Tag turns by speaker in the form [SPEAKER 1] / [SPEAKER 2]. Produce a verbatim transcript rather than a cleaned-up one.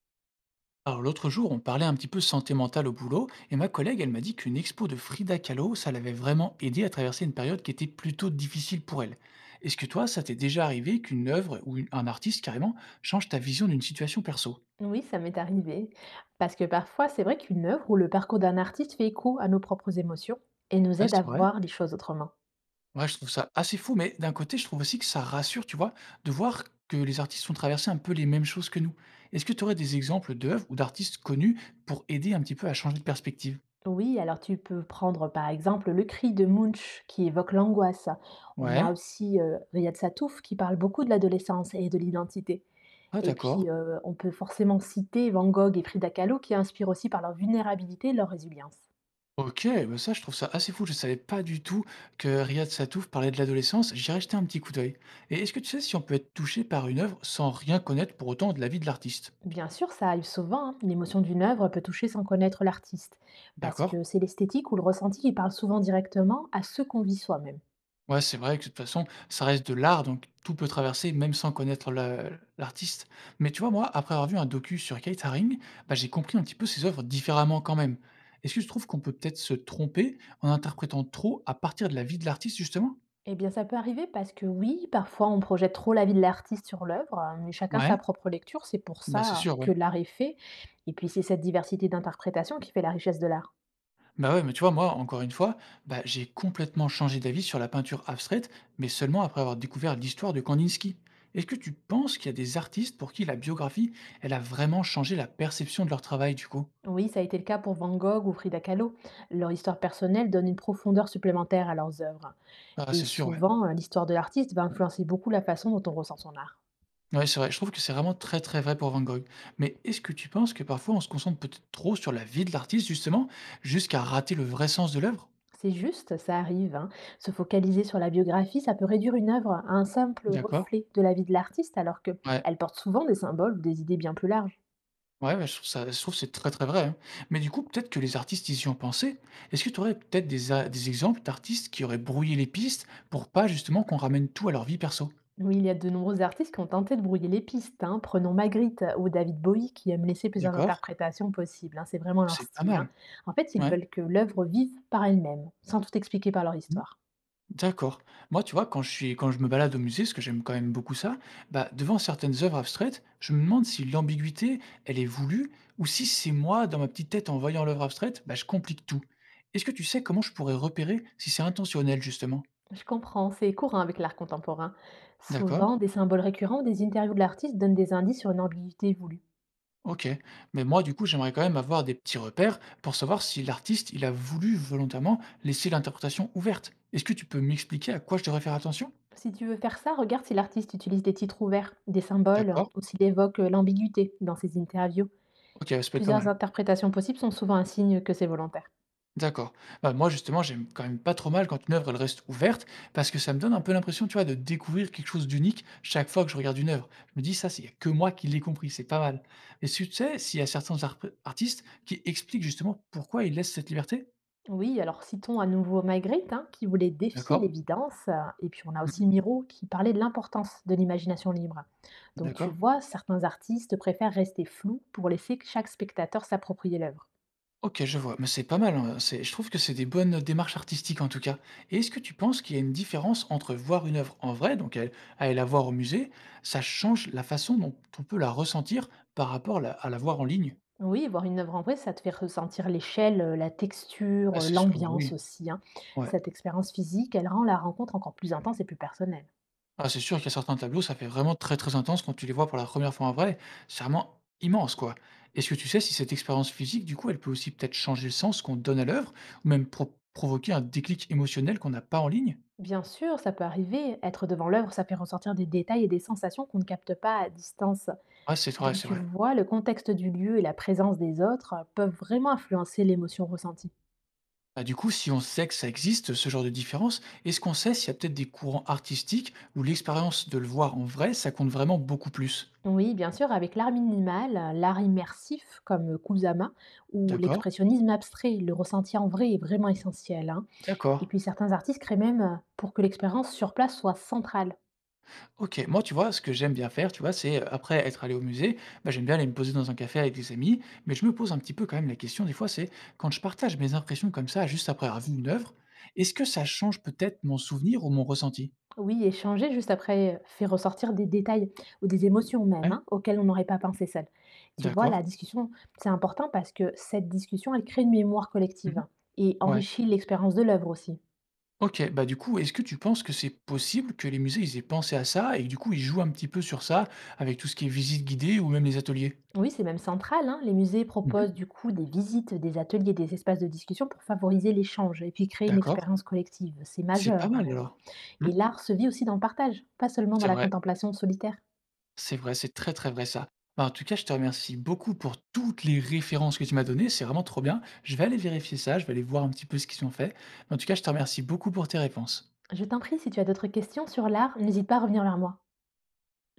[SPEAKER 1] Alors l'autre jour, on parlait un petit peu santé mentale au boulot, et ma collègue, elle m'a dit qu'une expo de Frida Kahlo, ça l'avait vraiment aidé à traverser une période qui était plutôt difficile pour elle. Est-ce que toi, ça t'est déjà arrivé qu'une œuvre ou une- un artiste carrément change ta vision d'une situation perso?
[SPEAKER 2] Oui, ça m'est arrivé. Parce que parfois, c'est vrai qu'une œuvre ou le parcours d'un artiste fait écho à nos propres émotions et nous
[SPEAKER 1] Ouais,
[SPEAKER 2] aide à
[SPEAKER 1] c'est vrai.
[SPEAKER 2] voir les choses autrement.
[SPEAKER 1] Ouais, je trouve ça assez fou, mais d'un côté, je trouve aussi que ça rassure, tu vois, de voir que les artistes ont traversé un peu les mêmes choses que nous. Est-ce que tu aurais des exemples d'œuvres ou d'artistes connus pour aider un petit peu à changer de perspective?
[SPEAKER 2] Oui, alors tu peux prendre par exemple le cri de Munch qui évoque l'angoisse. On a
[SPEAKER 1] Ouais,
[SPEAKER 2] aussi euh, Riyad Sattouf qui parle beaucoup de l'adolescence et de l'identité.
[SPEAKER 1] ah
[SPEAKER 2] Et puis,
[SPEAKER 1] d'accord.
[SPEAKER 2] euh, on peut forcément citer Van Gogh et Frida Kahlo qui inspirent aussi par leur vulnérabilité et leur résilience.
[SPEAKER 1] OK, bah, ça, je trouve ça assez fou. Je savais pas du tout que Riyad Sattouf parlait de l'adolescence. J'irai jeter un petit coup d'œil. Et est-ce que tu sais si on peut être touché par une œuvre sans rien connaître pour autant de la vie de l'artiste?
[SPEAKER 2] Bien sûr, ça arrive souvent, hein. L'émotion d'une œuvre peut toucher sans connaître l'artiste, parce
[SPEAKER 1] D'accord.
[SPEAKER 2] que c'est l'esthétique ou le ressenti qui parle souvent directement à ce qu'on vit soi-même.
[SPEAKER 1] Ouais, c'est vrai que de toute façon, ça reste de l'art, donc tout peut traverser, même sans connaître la- l'artiste. Mais tu vois, moi, après avoir vu un docu sur Kate Haring, bah, j'ai compris un petit peu ses œuvres différemment quand même. Est-ce que je trouve qu'on peut peut-être se tromper en interprétant trop à partir de la vie de l'artiste, justement?
[SPEAKER 2] Eh bien, ça peut arriver parce que oui, parfois on projette trop la vie de l'artiste sur l'œuvre, hein, mais chacun sa
[SPEAKER 1] Ouais,
[SPEAKER 2] propre lecture, c'est pour
[SPEAKER 1] bah c'est
[SPEAKER 2] ça
[SPEAKER 1] sûr, ouais.
[SPEAKER 2] que l'art est fait. Et puis c'est cette diversité d'interprétation qui fait la richesse de l'art.
[SPEAKER 1] Bah ouais, mais tu vois, moi, encore une fois, bah, j'ai complètement changé d'avis sur la peinture abstraite, mais seulement après avoir découvert l'histoire de Kandinsky. Est-ce que tu penses qu'il y a des artistes pour qui la biographie, elle a vraiment changé la perception de leur travail, du coup?
[SPEAKER 2] Oui, ça a été le cas pour Van Gogh ou Frida Kahlo. Leur histoire personnelle donne une profondeur supplémentaire à leurs œuvres.
[SPEAKER 1] Ah,
[SPEAKER 2] Et
[SPEAKER 1] c'est sûr, ouais.
[SPEAKER 2] souvent, euh, l'histoire de l'artiste va influencer beaucoup la façon dont on ressent son art.
[SPEAKER 1] Ouais, c'est vrai. Je trouve que c'est vraiment très très vrai pour Van Gogh. Mais est-ce que tu penses que parfois on se concentre peut-être trop sur la vie de l'artiste, justement, jusqu'à rater le vrai sens de l'œuvre?
[SPEAKER 2] C'est juste, ça arrive, hein. Se focaliser sur la biographie, ça peut réduire une œuvre à un simple
[SPEAKER 1] D'accord.
[SPEAKER 2] reflet de la vie de l'artiste, alors
[SPEAKER 1] Ouais.
[SPEAKER 2] qu'elle porte souvent des symboles ou des idées bien plus larges.
[SPEAKER 1] Ouais, ouais, je trouve ça, je trouve que c'est très, très vrai, hein. Mais du coup, peut-être que les artistes, ils y ont pensé. Est-ce que tu aurais peut-être des a des exemples d'artistes qui auraient brouillé les pistes pour pas justement qu'on ramène tout à leur vie perso?
[SPEAKER 2] Oui, il y a de nombreux artistes qui ont tenté de brouiller les pistes, hein. Prenons Magritte ou David Bowie qui aiment laisser plusieurs
[SPEAKER 1] D'accord,
[SPEAKER 2] interprétations possibles, hein. C'est vraiment leur
[SPEAKER 1] c'est pas
[SPEAKER 2] style, hein.
[SPEAKER 1] mal.
[SPEAKER 2] En fait, ils
[SPEAKER 1] Ouais.
[SPEAKER 2] veulent que l'œuvre vive par elle-même, sans tout expliquer par leur
[SPEAKER 1] Mmh.
[SPEAKER 2] histoire.
[SPEAKER 1] D'accord. Moi, tu vois, quand je suis quand je me balade au musée, parce que j'aime quand même beaucoup ça, bah, devant certaines œuvres abstraites, je me demande si l'ambiguïté, elle est voulue ou si c'est moi, dans ma petite tête, en voyant l'œuvre abstraite, bah, je complique tout. Est-ce que tu sais comment je pourrais repérer si c'est intentionnel, justement?
[SPEAKER 2] Je comprends, c'est courant avec l'art contemporain.
[SPEAKER 1] D'accord.
[SPEAKER 2] Souvent, des symboles récurrents des interviews de l'artiste donnent des indices sur une ambiguïté voulue.
[SPEAKER 1] OK, mais moi, du coup, j'aimerais quand même avoir des petits repères pour savoir si l'artiste, il a voulu volontairement laisser l'interprétation ouverte. Est-ce que tu peux m'expliquer à quoi je devrais faire attention?
[SPEAKER 2] Si tu veux faire ça, regarde si l'artiste utilise des titres ouverts, des symboles,
[SPEAKER 1] D'accord.
[SPEAKER 2] ou s'il évoque euh, l'ambiguïté dans ses interviews.
[SPEAKER 1] OK, ouais, ça peut être pas
[SPEAKER 2] Plusieurs
[SPEAKER 1] mal.
[SPEAKER 2] interprétations possibles sont souvent un signe que c'est volontaire.
[SPEAKER 1] D'accord. Bah, moi, justement, j'aime quand même pas trop mal quand une œuvre, elle reste ouverte parce que ça me donne un peu l'impression, tu vois, de découvrir quelque chose d'unique chaque fois que je regarde une œuvre. Je me dis, ça, c'est y a que moi qui l'ai compris, c'est pas mal. Et tu sais, s'il y a certains arp- artistes qui expliquent justement pourquoi ils laissent cette liberté?
[SPEAKER 2] Oui, alors citons à nouveau Magritte, hein, qui voulait défier
[SPEAKER 1] D'accord.
[SPEAKER 2] l'évidence, euh, et puis on a
[SPEAKER 1] Mhm.
[SPEAKER 2] aussi Miro qui parlait de l'importance de l'imagination libre. Donc tu
[SPEAKER 1] D'accord.
[SPEAKER 2] vois, certains artistes préfèrent rester flous pour laisser chaque spectateur s'approprier l'œuvre.
[SPEAKER 1] OK, je vois, mais c'est pas mal, hein, c'est, je trouve que c'est des bonnes démarches artistiques, en tout cas, et est-ce que tu penses qu'il y a une différence entre voir une œuvre en vrai, donc elle- à aller la voir au musée, ça change la façon dont on peut la ressentir par rapport la à la voir en ligne?
[SPEAKER 2] Oui, voir une œuvre en vrai, ça te fait ressentir l'échelle, heu, la texture,
[SPEAKER 1] Ah
[SPEAKER 2] heu,
[SPEAKER 1] c'est sûr, ah bah oui,
[SPEAKER 2] l'ambiance aussi, hein.
[SPEAKER 1] ouais.
[SPEAKER 2] Cette expérience physique, elle rend la rencontre encore plus intense et plus personnelle.
[SPEAKER 1] Ah c'est sûr qu'il y a certains tableaux, ça fait vraiment très, très intense quand tu les vois pour la première fois en vrai, c'est vraiment immense, quoi. Est-ce que tu sais si cette expérience physique, du coup, elle peut aussi peut-être changer le sens qu'on donne à l'œuvre ou même pro provoquer un déclic émotionnel qu'on n'a pas en ligne?
[SPEAKER 2] Bien sûr, ça peut arriver. Être devant l'œuvre, ça fait ressortir des détails et des sensations qu'on ne capte pas à distance.
[SPEAKER 1] Ouais, c'est vrai,
[SPEAKER 2] Donc
[SPEAKER 1] c'est
[SPEAKER 2] tu
[SPEAKER 1] vrai.
[SPEAKER 2] vois, le contexte du lieu et la présence des autres, heu, peuvent vraiment influencer l'émotion ressentie.
[SPEAKER 1] Bah, du coup, si on sait que ça existe, ce genre de différence, est-ce qu'on sait s'il y a peut-être des courants artistiques où l'expérience de le voir en vrai, ça compte vraiment beaucoup plus?
[SPEAKER 2] Oui, bien sûr, avec l'art minimal, heu, l'art immersif comme, Kusama ou
[SPEAKER 1] D'accord,
[SPEAKER 2] l'expressionnisme abstrait, le ressenti en vrai est vraiment essentiel, hein.
[SPEAKER 1] d'accord.
[SPEAKER 2] Et puis certains artistes créent même euh, pour que l'expérience sur place soit centrale.
[SPEAKER 1] OK, moi, tu vois, ce que j'aime bien faire, tu vois, c'est, heu, après être allé au musée, bah, j'aime bien aller me poser dans un café avec des amis, mais je me pose un petit peu quand même la question des fois, c'est quand je partage mes impressions comme ça, juste après avoir vu une œuvre, est-ce que ça change peut-être mon souvenir ou mon ressenti?
[SPEAKER 2] Oui, échanger juste après euh, fait ressortir des détails ou des émotions même
[SPEAKER 1] Ouais,
[SPEAKER 2] hein, auxquelles on n'aurait pas pensé seul. Tu vois, la
[SPEAKER 1] d'accord.
[SPEAKER 2] discussion, c'est important parce que cette discussion, elle crée une mémoire
[SPEAKER 1] Mmh.
[SPEAKER 2] collective et
[SPEAKER 1] Ouais.
[SPEAKER 2] enrichit l'expérience de l'œuvre aussi.
[SPEAKER 1] OK, bah, du coup, est-ce que tu penses que c'est possible que les musées, ils aient pensé à ça et que, du coup, ils jouent un petit peu sur ça avec tout ce qui est visite guidée ou même les ateliers?
[SPEAKER 2] Oui, c'est même central, hein. Les musées
[SPEAKER 1] Mmh.
[SPEAKER 2] proposent du coup des visites, des ateliers, des espaces de discussion pour favoriser l'échange et puis créer une
[SPEAKER 1] D'accord,
[SPEAKER 2] expérience collective. C'est
[SPEAKER 1] c'est pas
[SPEAKER 2] majeur
[SPEAKER 1] mal
[SPEAKER 2] même, hein.
[SPEAKER 1] alors. Mmh,
[SPEAKER 2] Et l'art se vit aussi dans le partage, pas seulement dans
[SPEAKER 1] c'est
[SPEAKER 2] la
[SPEAKER 1] vrai,
[SPEAKER 2] contemplation solitaire.
[SPEAKER 1] c'est vrai, c'est très, très vrai ça. Bah, en tout cas, je te remercie beaucoup pour toutes les références que tu m'as données, c'est vraiment trop bien. Je vais aller vérifier ça, je vais aller voir un petit peu ce qu'ils ont fait. Mais en tout cas, je te remercie beaucoup pour tes réponses.
[SPEAKER 2] Je t'en prie, si tu as d'autres questions sur l'art, n'hésite pas à revenir vers moi.